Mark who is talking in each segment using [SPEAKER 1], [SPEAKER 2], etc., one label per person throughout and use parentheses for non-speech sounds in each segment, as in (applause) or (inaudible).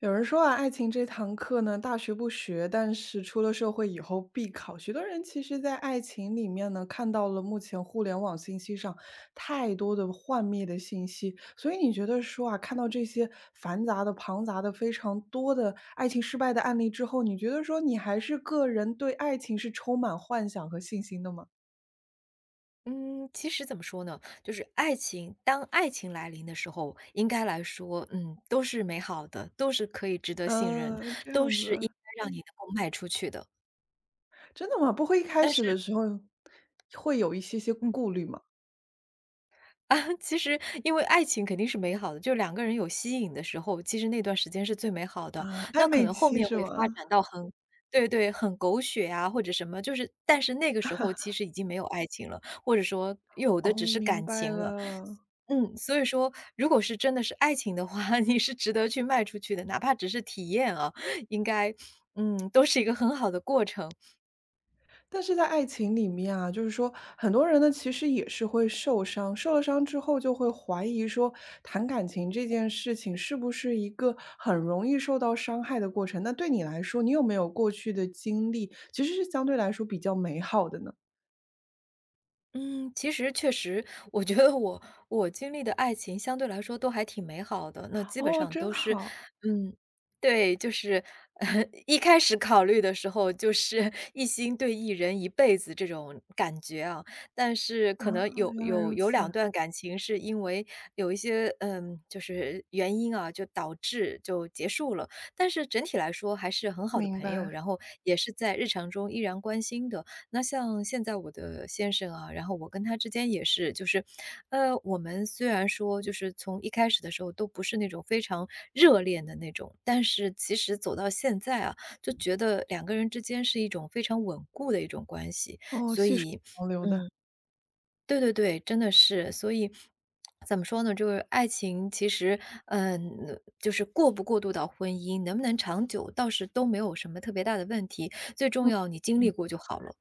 [SPEAKER 1] 有人说啊，爱情这堂课呢，大学不学，但是出了社会以后必考。许多人其实，在爱情里面呢，看到了目前互联网信息上太多的幻灭的信息，所以你觉得说啊，看到这些繁杂的、庞杂的、非常多的爱情失败的案例之后，你觉得说你还是个人对爱情是充满幻想和信心的吗？
[SPEAKER 2] 嗯，其实怎么说呢，就是爱情，当爱情来临的时候，应该来说，都是美好的，都是可以值得信任，
[SPEAKER 1] 这
[SPEAKER 2] 都
[SPEAKER 1] 样
[SPEAKER 2] 是应
[SPEAKER 1] 子，
[SPEAKER 2] 该让你能够迈出去的。
[SPEAKER 1] 真的吗？不会一开
[SPEAKER 2] 但是，
[SPEAKER 1] 始的时候会有一些些
[SPEAKER 2] 嗯，
[SPEAKER 1] 顾虑吗？
[SPEAKER 2] (laughs) 其实因为爱情肯定是美好的，就两个人有吸引的时候，其实那段时间是最美好的。
[SPEAKER 1] 啊，
[SPEAKER 2] 那
[SPEAKER 1] 暧
[SPEAKER 2] 可
[SPEAKER 1] 昧
[SPEAKER 2] 能后
[SPEAKER 1] 期
[SPEAKER 2] 面
[SPEAKER 1] 是
[SPEAKER 2] 会发
[SPEAKER 1] 吗？
[SPEAKER 2] 展到很对，很狗血啊，或者什么，就是但是那个时候其实已经没有爱情了，或者说有的只
[SPEAKER 1] 哦，
[SPEAKER 2] 是
[SPEAKER 1] 明
[SPEAKER 2] 感
[SPEAKER 1] 白
[SPEAKER 2] 情了。
[SPEAKER 1] 了。
[SPEAKER 2] 所以说如果是真的是爱情的话，(laughs) 你是值得去卖出去的，哪怕只是体验啊，应该，都是一个很好的过程。
[SPEAKER 1] 但是在爱情里面啊，就是说很多人呢，其实也是会受伤，受了伤之后就会怀疑说，谈感情这件事情是不是一个很容易受到伤害的过程？那对你来说，你有没有过去的经历，其实是相对来说比较美好的呢？
[SPEAKER 2] 嗯，其实确实，我觉得我经历的爱情相对来说都还挺美好的，那基本
[SPEAKER 1] 哦，
[SPEAKER 2] 上都
[SPEAKER 1] 真
[SPEAKER 2] 是
[SPEAKER 1] 好
[SPEAKER 2] 嗯，对，就是 (laughs)，一开始考虑的时候就是一心对一人一辈子这种感觉啊，但是
[SPEAKER 1] 啊，
[SPEAKER 2] 可能有
[SPEAKER 1] 原来
[SPEAKER 2] 有
[SPEAKER 1] 如
[SPEAKER 2] 有两
[SPEAKER 1] 此，
[SPEAKER 2] 段感情是因为有一些，就是原因啊，就导致就结束了，但是整体来说还是很好的
[SPEAKER 1] 明
[SPEAKER 2] 朋友，
[SPEAKER 1] 白。
[SPEAKER 2] 然后也是在日常中依然关心的。那像现在我的先生啊，然后我跟他之间也是，就是，我们虽然说就是从一开始的时候都不是那种非常热恋的那种，但是其实走到现在啊，就觉得两个人之间是一种非常稳固的一种关系，
[SPEAKER 1] 哦，
[SPEAKER 2] 所
[SPEAKER 1] 细水
[SPEAKER 2] 以，
[SPEAKER 1] 长流的，
[SPEAKER 2] 嗯，对对对，真的是，所以。怎么说呢？就是爱情，其实，就是过不过渡到婚姻，能不能长久，倒是都没有什么特别大的问题。最重
[SPEAKER 1] 嗯，
[SPEAKER 2] 要，你经历
[SPEAKER 1] 明
[SPEAKER 2] 过就好了。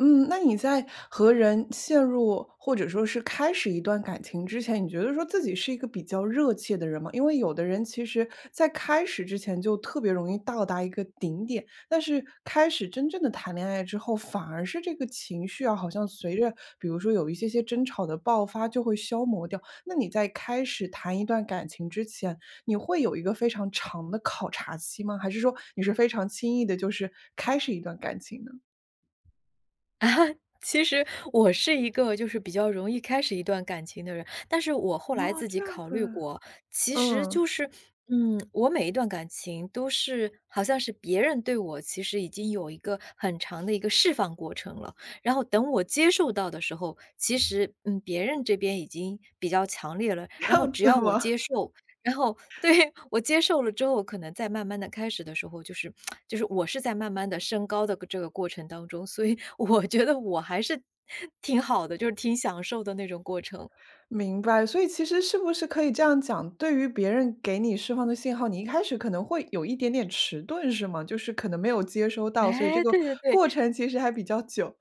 [SPEAKER 1] 嗯，那你在和人陷入或者说是开始一段感情之前，你觉得说自己是一个比较热切的人吗？因为有的人其实在开始之前就特别容易到达一个顶点，但是开始真正的谈恋爱之后，反而是这个情绪啊，好像随着比如说有一些些争吵的爆发就会消磨掉。那你在开始谈一段感情之前，你会有一个非常长的考察期吗？还是说你是非常轻易的，就是开始一段感情呢？
[SPEAKER 2] (laughs) 啊，其实我是一个就是比较容易开始一段感情的人，但是我后来
[SPEAKER 1] 哦，
[SPEAKER 2] 自己
[SPEAKER 1] 这样
[SPEAKER 2] 考虑
[SPEAKER 1] 子。
[SPEAKER 2] 过，其
[SPEAKER 1] 嗯，
[SPEAKER 2] 实就
[SPEAKER 1] (laughs)
[SPEAKER 2] 是，我每一段感情都是好像是别人对我其实已经有一个很长的一个释放过程了，然后等我接受到的时候，其实，别人这边已经比较强烈了，
[SPEAKER 1] 这
[SPEAKER 2] 然后
[SPEAKER 1] 样
[SPEAKER 2] 只
[SPEAKER 1] 子
[SPEAKER 2] 要我
[SPEAKER 1] 吗？
[SPEAKER 2] 接受，然后对，我接受了之后，可能在慢慢的开始的时候，就是我是在慢慢的升高的这个过程当中，所以我觉得我还是挺好的，就是挺享受的那种过程。
[SPEAKER 1] 明白，所以其实是不是可以这样讲，对于别人给你释放的信号，你一开始可能会有一点点迟钝，是吗？就是可能没有接收到，所以这
[SPEAKER 2] 哎，
[SPEAKER 1] 个
[SPEAKER 2] 对对对，
[SPEAKER 1] 过程其实还比较久。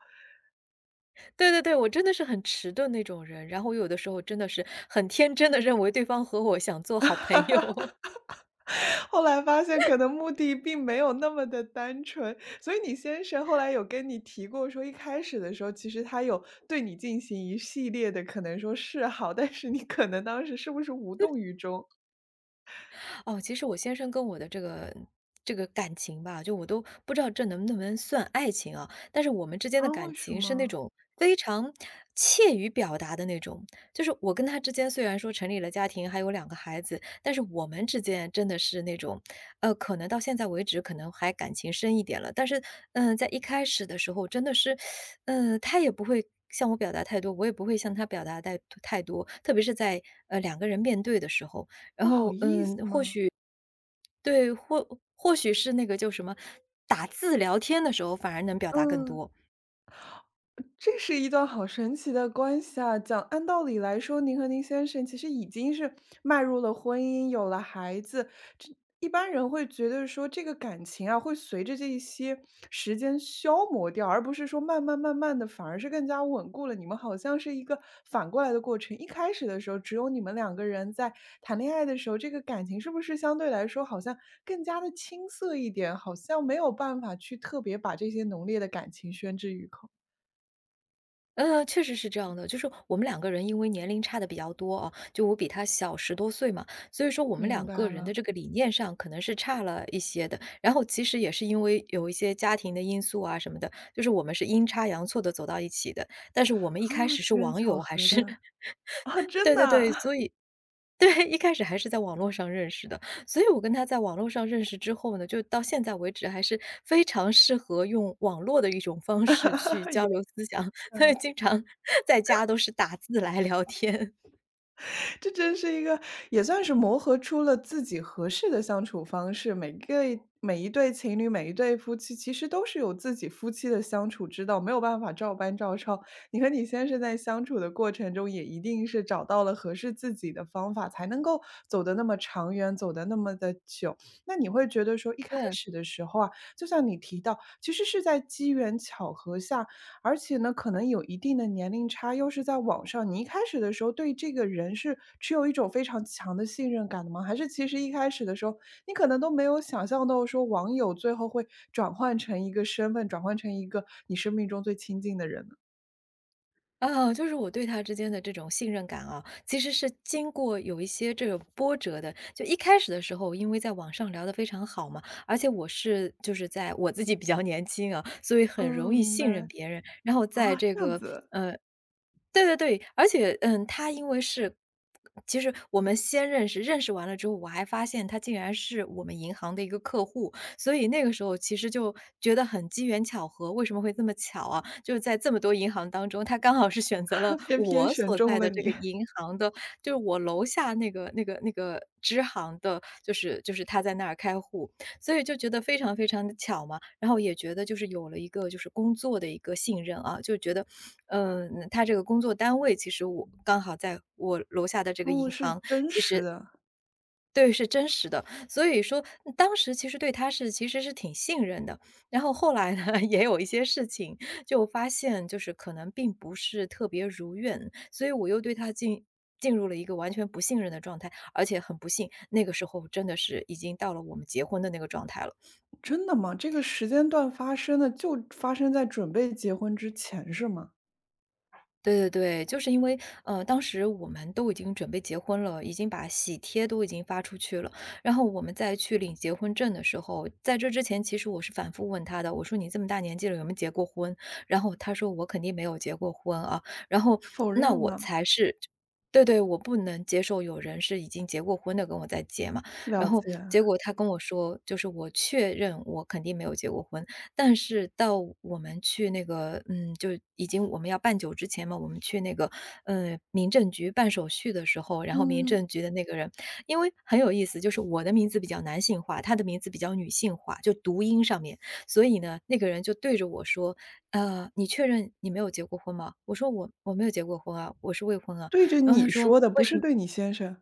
[SPEAKER 2] 对对对，我真的是很迟钝那种人，然后我有的时候真的是很天真的认为对方和我想做好朋友。
[SPEAKER 1] (laughs) 后来发现可能目的并没有那么的单纯，所以你先生后来有跟你提过说，一开始的时候，其实他有对你进行一系列的可能说示好，但是你可能当时是不是无动于衷？
[SPEAKER 2] 哦，其实我先生跟我的这个感情吧，就我都不知道这能不能算爱情啊，但是我们之间的
[SPEAKER 1] 啊，
[SPEAKER 2] 感
[SPEAKER 1] 为什
[SPEAKER 2] 情是那
[SPEAKER 1] 么？
[SPEAKER 2] 种非常怯于表达的那种。就是我跟他之间虽然说成立了家庭，还有两个孩子，但是我们之间真的是那种，可能到现在为止可能还感情深一点了，但是，嗯、在一开始的时候真的是，嗯、他也不会。向我表达太多，我也不会向他表达太多，特别是在两个人面对的时候，
[SPEAKER 1] 不好意思吗？
[SPEAKER 2] 对，或许是那个叫什么，打字聊天的时候反而能表达更
[SPEAKER 1] 嗯。
[SPEAKER 2] 多。
[SPEAKER 1] 这是一段好神奇的关系啊！讲按道理来说，您和您先生其实已经是迈入了婚姻，有了孩子，这一般人会觉得说这个感情啊，会随着这一些时间消磨掉，而不是说慢慢的，反而是更加稳固了。你们好像是一个反过来的过程，一开始的时候只有你们两个人在谈恋爱的时候，这个感情是不是相对来说好像更加的青涩一点，好像没有办法去特别把这些浓烈的感情宣之于口。
[SPEAKER 2] 呃，确实是这样的，就是我们两个人因为年龄差的比较多啊，就我比他小十多岁嘛，所以说我们
[SPEAKER 1] 明
[SPEAKER 2] 两个
[SPEAKER 1] 白
[SPEAKER 2] 人的
[SPEAKER 1] 了，
[SPEAKER 2] 这个理念上可能是差了一些的。然后其实也是因为有一些家庭的因素啊什么的，就是我们是阴差阳错的走到一起的，但是我们一开
[SPEAKER 1] 啊，
[SPEAKER 2] 始
[SPEAKER 1] 机
[SPEAKER 2] 是
[SPEAKER 1] 缘
[SPEAKER 2] 网
[SPEAKER 1] 巧
[SPEAKER 2] 友还
[SPEAKER 1] 合
[SPEAKER 2] 是
[SPEAKER 1] 的，
[SPEAKER 2] (laughs)
[SPEAKER 1] 啊，真
[SPEAKER 2] 对
[SPEAKER 1] 的
[SPEAKER 2] 对对，
[SPEAKER 1] 啊，
[SPEAKER 2] 所以对，一开始还是在网络上认识的，所以我跟他在网络上认识之后呢，就到现在为止还是非常适合用网络的一种方式去
[SPEAKER 1] (laughs)
[SPEAKER 2] 交
[SPEAKER 1] 也
[SPEAKER 2] 流思想，(laughs) 所以经常 (laughs) 在家都是打字来聊天，
[SPEAKER 1] 这真是一个也算是磨合出了自己合适的相处方式。每一对情侣，每一对夫妻，其实都是有自己夫妻的相处之道，没有办法照搬照抄。你和你先生在相处的过程中，也一定是找到了合适自己的方法，才能够走得那么长远，走得那么的久。那你会觉得说，一
[SPEAKER 2] (laughs)
[SPEAKER 1] 开
[SPEAKER 2] 对。
[SPEAKER 1] 始的时候啊，就像你提到，其实是在机缘巧合下，而且呢，可能有一定的年龄差，又是在网上，你一开始的时候对这个人是持有一种非常强的信任感的吗？还是其实一开始的时候，你可能都没有想象到说网友最后会转换成一个身份，转换成一个你生命中最亲近的人呢？
[SPEAKER 2] 啊，就是我对他之间的这种信任感啊，其实是经过有一些这个波折的。就一开始的时候，因为在网上聊得非常好嘛，而且我是就是在我自己比较年轻啊，所以很容
[SPEAKER 1] 嗯，
[SPEAKER 2] 易
[SPEAKER 1] 明
[SPEAKER 2] 信任
[SPEAKER 1] 白。
[SPEAKER 2] 别人。然后在
[SPEAKER 1] 啊，
[SPEAKER 2] 这
[SPEAKER 1] 这样
[SPEAKER 2] 个
[SPEAKER 1] 子，
[SPEAKER 2] 呃，对对对，而且嗯，他因为是。其实我们先认识，认识完了之后，我还发现他竟然是我们银行的一个客户，所以那个时候其实就觉得很机缘巧合，为什么会这么巧啊？就是在这么多银行当中，他刚好是选择了
[SPEAKER 1] (laughs) 偏偏
[SPEAKER 2] 我
[SPEAKER 1] 选
[SPEAKER 2] 所在
[SPEAKER 1] 中了
[SPEAKER 2] 的这个
[SPEAKER 1] 你。
[SPEAKER 2] 银行的，就是我楼下那个支行的，就是他在那儿开户，所以就觉得非常非常的巧嘛。然后也觉得就是有了一个就是工作的一个信任啊，就觉得，嗯，他这个工作单位其实我刚好在我楼下的这个
[SPEAKER 1] 哦，
[SPEAKER 2] 银
[SPEAKER 1] 是
[SPEAKER 2] 行
[SPEAKER 1] 真实的，
[SPEAKER 2] 对，是真实的。所以说嗯当时其实对他是其实是挺信任的。然后后来呢，(laughs) 也有一些事情，就发现就是可能并不是特别如愿，所以我又对他进入了一个完全不信任的状态。而且很不幸，那个时候真的是已经到了我们结婚的那个状态了。
[SPEAKER 1] 真的吗？这个时间段发生的就发生在准备结婚之前是吗？
[SPEAKER 2] 对对对，就是因为，呃，当时我们都已经准备结婚了，已经把喜帖都已经发出去了。然后我们再去领结婚证的时候，在这之前，其实我是反复问他的，我说："你这么大年纪了，有没有结过婚？"然后他说："我肯定没有结过婚啊。"然后
[SPEAKER 1] 否
[SPEAKER 2] 那
[SPEAKER 1] 认
[SPEAKER 2] 我
[SPEAKER 1] 了，
[SPEAKER 2] 才是对，我不能接受有人是已经结过婚的跟我在结嘛。然
[SPEAKER 1] 了
[SPEAKER 2] 后
[SPEAKER 1] 解。
[SPEAKER 2] 结果他跟我说，就是我确认我肯定没有结过婚，但是到我们去那个嗯，就已经我们要办酒之前嘛，我们去那个，呃，民政局办手续的时候，然后民
[SPEAKER 1] 嗯。
[SPEAKER 2] 政局的那个人因为很有意思，就是我的名字比较男性化，他的名字比较女性化，就读音上面。所以呢，那个人就对着我说："呃，你确认你没有结过婚吗？"我说："我没有结过婚啊，我是未婚啊。"
[SPEAKER 1] 对着
[SPEAKER 2] 然后他
[SPEAKER 1] 你
[SPEAKER 2] 说：
[SPEAKER 1] 说的，
[SPEAKER 2] “为
[SPEAKER 1] 不
[SPEAKER 2] 什
[SPEAKER 1] 是
[SPEAKER 2] 么？"
[SPEAKER 1] 对你先生。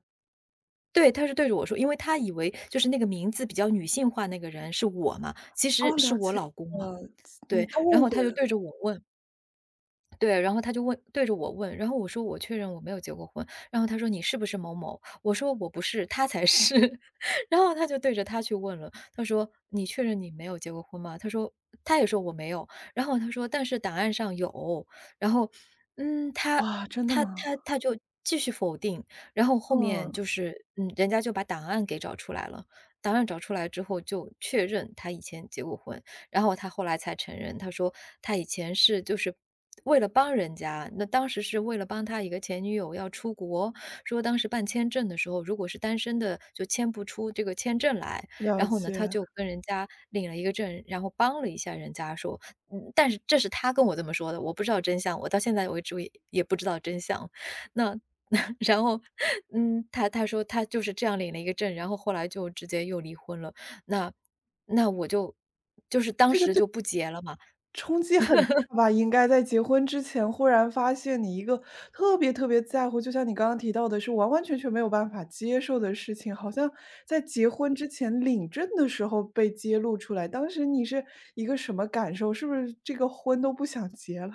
[SPEAKER 2] 对，他是对着我说，因为他以为就是那个名字比较女性化那个人是我嘛，其实
[SPEAKER 1] 哦，
[SPEAKER 2] 是
[SPEAKER 1] 了
[SPEAKER 2] 我
[SPEAKER 1] 解
[SPEAKER 2] 老公嘛。
[SPEAKER 1] 了，
[SPEAKER 2] 对，
[SPEAKER 1] 嗯，他
[SPEAKER 2] 然
[SPEAKER 1] 误
[SPEAKER 2] 后他
[SPEAKER 1] 会
[SPEAKER 2] 就
[SPEAKER 1] 了。
[SPEAKER 2] 对着我问对，然后他就问对着我问，然后我说："我确认我没有结过婚。"然后他说："你是不是某某？"我说："我不是，他才是。(laughs)” 然后他就对着他去问了，他说："你确认你没有结过婚吗？"他说他也说："我没有。"然后他说："但是档案上有。"然后，嗯，他
[SPEAKER 1] 哇，真的
[SPEAKER 2] 他
[SPEAKER 1] 吗？
[SPEAKER 2] 他他就继续否定，然后后面
[SPEAKER 1] 嗯，
[SPEAKER 2] 就是，嗯，人家就把档案给找出来了，档案找出来之后就确认他以前结过婚。然后他后来才承认，他说他以前是为了帮人家，那当时是为了帮他一个前女友要出国，说当时办签证的时候，如果是单身的就签不出这个签证来，
[SPEAKER 1] 了
[SPEAKER 2] 然后呢，他
[SPEAKER 1] 解。
[SPEAKER 2] 就跟人家领了一个证，然后帮了一下人家说，但是这是他跟我这么说的，我不知道真相，我到现在为止也不知道真相。那 (laughs) 然后，他说他就是这样领了一个证，然后后来就直接又离婚了。那那我就当
[SPEAKER 1] 这个
[SPEAKER 2] 时
[SPEAKER 1] 对
[SPEAKER 2] 就不结了嘛。
[SPEAKER 1] 冲击很大吧？应该在结婚之前忽然发现你一个特别特别在乎，就像你刚刚提到的是完完全全没有办法接受的事情，好像在结婚之前领证的时候被揭露出来，当时你是一个什么感受？是不是这个婚都不想结了，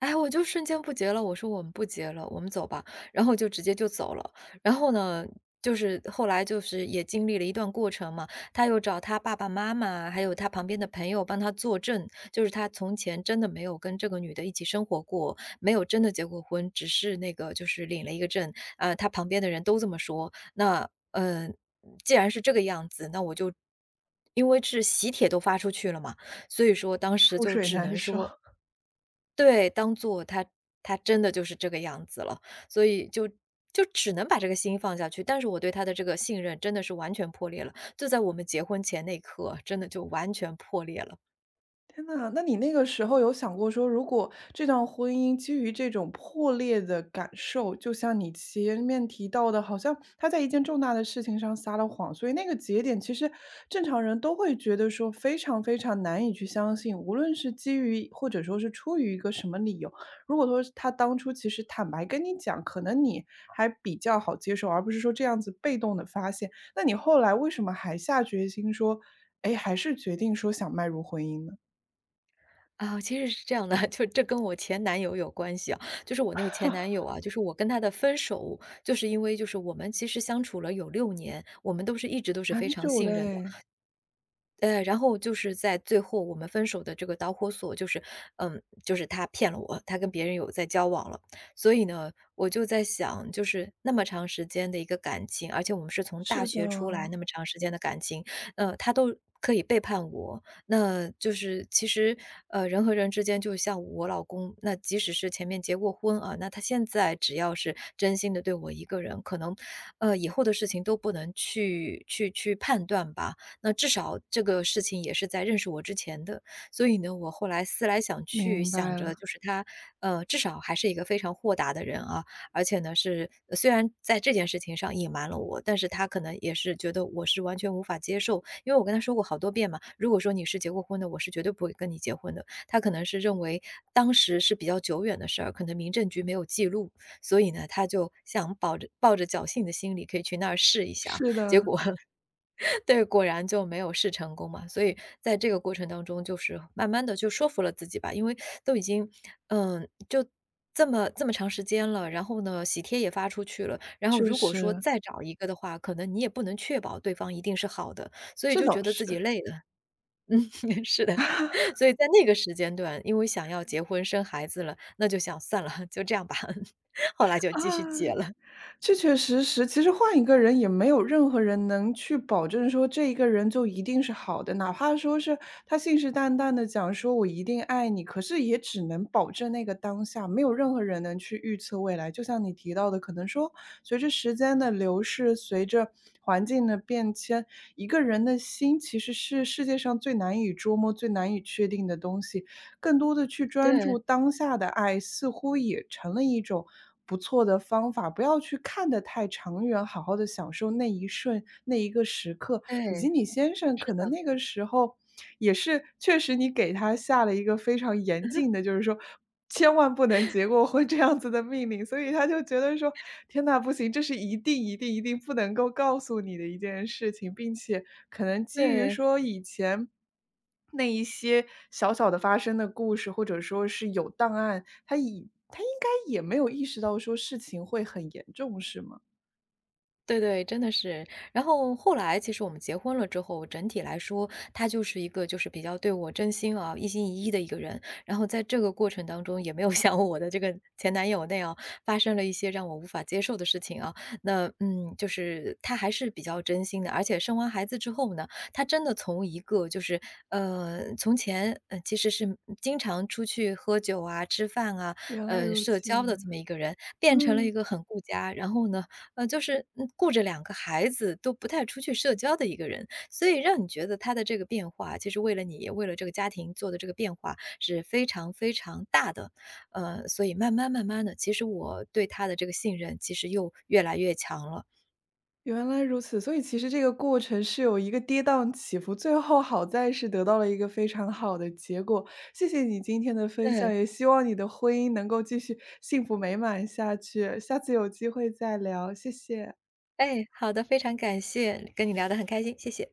[SPEAKER 2] 哎，我就瞬间不结了，我说我们不结了，我们走吧，然后就直接就走了。然后呢，就是后来就是也经历了一段过程嘛，他又找他爸爸妈妈，还有他旁边的朋友帮他作证，就是他从前真的没有跟这个女的一起生活过，没有真的结过婚，只是那个就是领了一个证，他旁边的人都这么说。那既然是这个样子，那我就因为是喜帖都发出去了嘛，所以说当时
[SPEAKER 1] 覆
[SPEAKER 2] 就
[SPEAKER 1] 水
[SPEAKER 2] 只
[SPEAKER 1] 难
[SPEAKER 2] 能
[SPEAKER 1] 收？
[SPEAKER 2] 说对，当做他，他真的就是这个样子了，所以就只能把这个心放下去，但是我对他的这个信任真的是完全破裂了，就在我们结婚前那一刻啊，真的就完全破裂了。
[SPEAKER 1] 天呐，那你那个时候有想过说，如果这段婚姻基于这种破裂的感受，就像你前面提到的，好像他在一件重大的事情上撒了谎，所以那个节点其实正常人都会觉得说非常非常难以去相信，无论是基于或者说是出于一个什么理由，如果说他当初其实坦白跟你讲，可能你还比较好接受，而不是说这样子被动的发现。那你后来为什么还下决心说，哎，还是决定说想迈入婚姻呢？
[SPEAKER 2] 啊，其实是这样的，(laughs) 就这跟我前男友有关系啊，就是我那个前男友啊，就是我跟他的分手，就是因为就是我们其实相处了有6年，我们都是一直都是非
[SPEAKER 1] 蛮
[SPEAKER 2] 常
[SPEAKER 1] 久的
[SPEAKER 2] 信任的，
[SPEAKER 1] 哎，
[SPEAKER 2] 然后就是在最后我们分手的这个导火索就是，就是他骗了我，他跟别人有在交往了。所以呢，我就在想，就是那么长时间的一个感情，而且我们是从大
[SPEAKER 1] 是的，
[SPEAKER 2] 学出来那么长时间的感情，他都可以背叛我，那就是其实，人和人之间就像我老公，那即使是前面结过婚啊，那他现在只要是真心的对我一个人，可能，以后的事情都不能去判断吧。那至少这个事情也是在认识我之前的。所以呢，我后来思来想去，
[SPEAKER 1] 明
[SPEAKER 2] 想
[SPEAKER 1] 白
[SPEAKER 2] 着
[SPEAKER 1] 了，
[SPEAKER 2] 就是他，至少还是一个非常豁达的人啊，而且呢是虽然在这件事情上隐瞒了我，但是他可能也是觉得我是完全无法接受，因为我跟他说过好多遍嘛，如果说你是结过婚的，我是绝对不会跟你结婚的。他可能是认为当时是比较久远的事儿，可能民政局没有记录，所以呢，他就想抱着侥幸的心理可以去那儿试一下啊，
[SPEAKER 1] 是
[SPEAKER 2] 结
[SPEAKER 1] 的，
[SPEAKER 2] 果 (laughs) 对，果然就没有试成功嘛。所以在这个过程当中，就是慢慢的就说服了自己吧，因为都已经，嗯，就这么长时间了，然后呢，喜帖也发出去了，然后
[SPEAKER 1] 确
[SPEAKER 2] 如果说
[SPEAKER 1] 实，
[SPEAKER 2] 再找一个的话，可能你也不能确保对方一定是好的，所以
[SPEAKER 1] 这
[SPEAKER 2] 就觉
[SPEAKER 1] 倒
[SPEAKER 2] 得自己
[SPEAKER 1] 是，
[SPEAKER 2] 累了。(laughs) 嗯，是的，所以在那个时间段，因为想要结婚生孩子了，那就想算了，就这样吧，(laughs) 后来就
[SPEAKER 1] 啊。
[SPEAKER 2] 继续结了。
[SPEAKER 1] 确确实实，其实换一个人也没有任何人能去保证说这一个人就一定是好的，哪怕说是他信誓旦旦的讲说"我一定爱你"，可是也只能保证那个当下，没有任何人能去预测未来。就像你提到的，可能说随着时间的流逝，随着环境的变迁，一个人的心其实是世界上最难以捉摸、最难以确定的东西。更多的去专
[SPEAKER 2] 对，
[SPEAKER 1] 注当下的爱，似乎也成了一种不错的方法。不要去看得太长远，好好的享受那一瞬、那一个时刻。以及
[SPEAKER 2] 对，
[SPEAKER 1] 你先生
[SPEAKER 2] 是
[SPEAKER 1] 可能
[SPEAKER 2] 的，
[SPEAKER 1] 那个时候也是确实你给他下了一个非常严禁的，就是说千万不能结过婚这样子的命令，所以他就觉得说："天呐，不行，这是一定、一定、一定不能够告诉你的一件事情。"并且可能基于
[SPEAKER 2] 对。
[SPEAKER 1] 说以前那一些小小的发生的故事，或者说是有档案，他以他应该也没有意识到说事情会很严重，是吗？
[SPEAKER 2] 对对，真的是。然后后来其实我们结婚了之后，整体来说，他就是一个就是比较对我真心啊、一心一意的一个人。然后在这个过程当中，也没有 (laughs) 像我的这个前男友那样发生了一些让我无法接受的事情啊。那嗯，就是他还是比较真心的，而且生完孩子之后呢，他真的从一个就是从前其实是经常出去喝酒啊、吃饭啊、
[SPEAKER 1] 原来
[SPEAKER 2] 呃
[SPEAKER 1] 如
[SPEAKER 2] 社
[SPEAKER 1] 此，
[SPEAKER 2] 交的这么一个人，变成了
[SPEAKER 1] 嗯，
[SPEAKER 2] 一个很顾家，然后呢。就是嗯顾着两个孩子都不太出去社交的一个人，所以让你觉得他的这个变化，其实为了你，也为了这个家庭做的这个变化是非常非常大的。所以慢慢的，其实我对他的这个信任，其实又越来越强了。
[SPEAKER 1] 原来如此。所以其实这个过程是有一个跌宕起伏，最后好在是得到了一个非常好的结果。谢谢你今天的分
[SPEAKER 2] 嗯，
[SPEAKER 1] 享，也希望你的婚姻能够继续幸福美满下去。下次有机会再聊，谢谢。
[SPEAKER 2] 哎，好的，非常感谢，跟你聊得很开心，谢谢。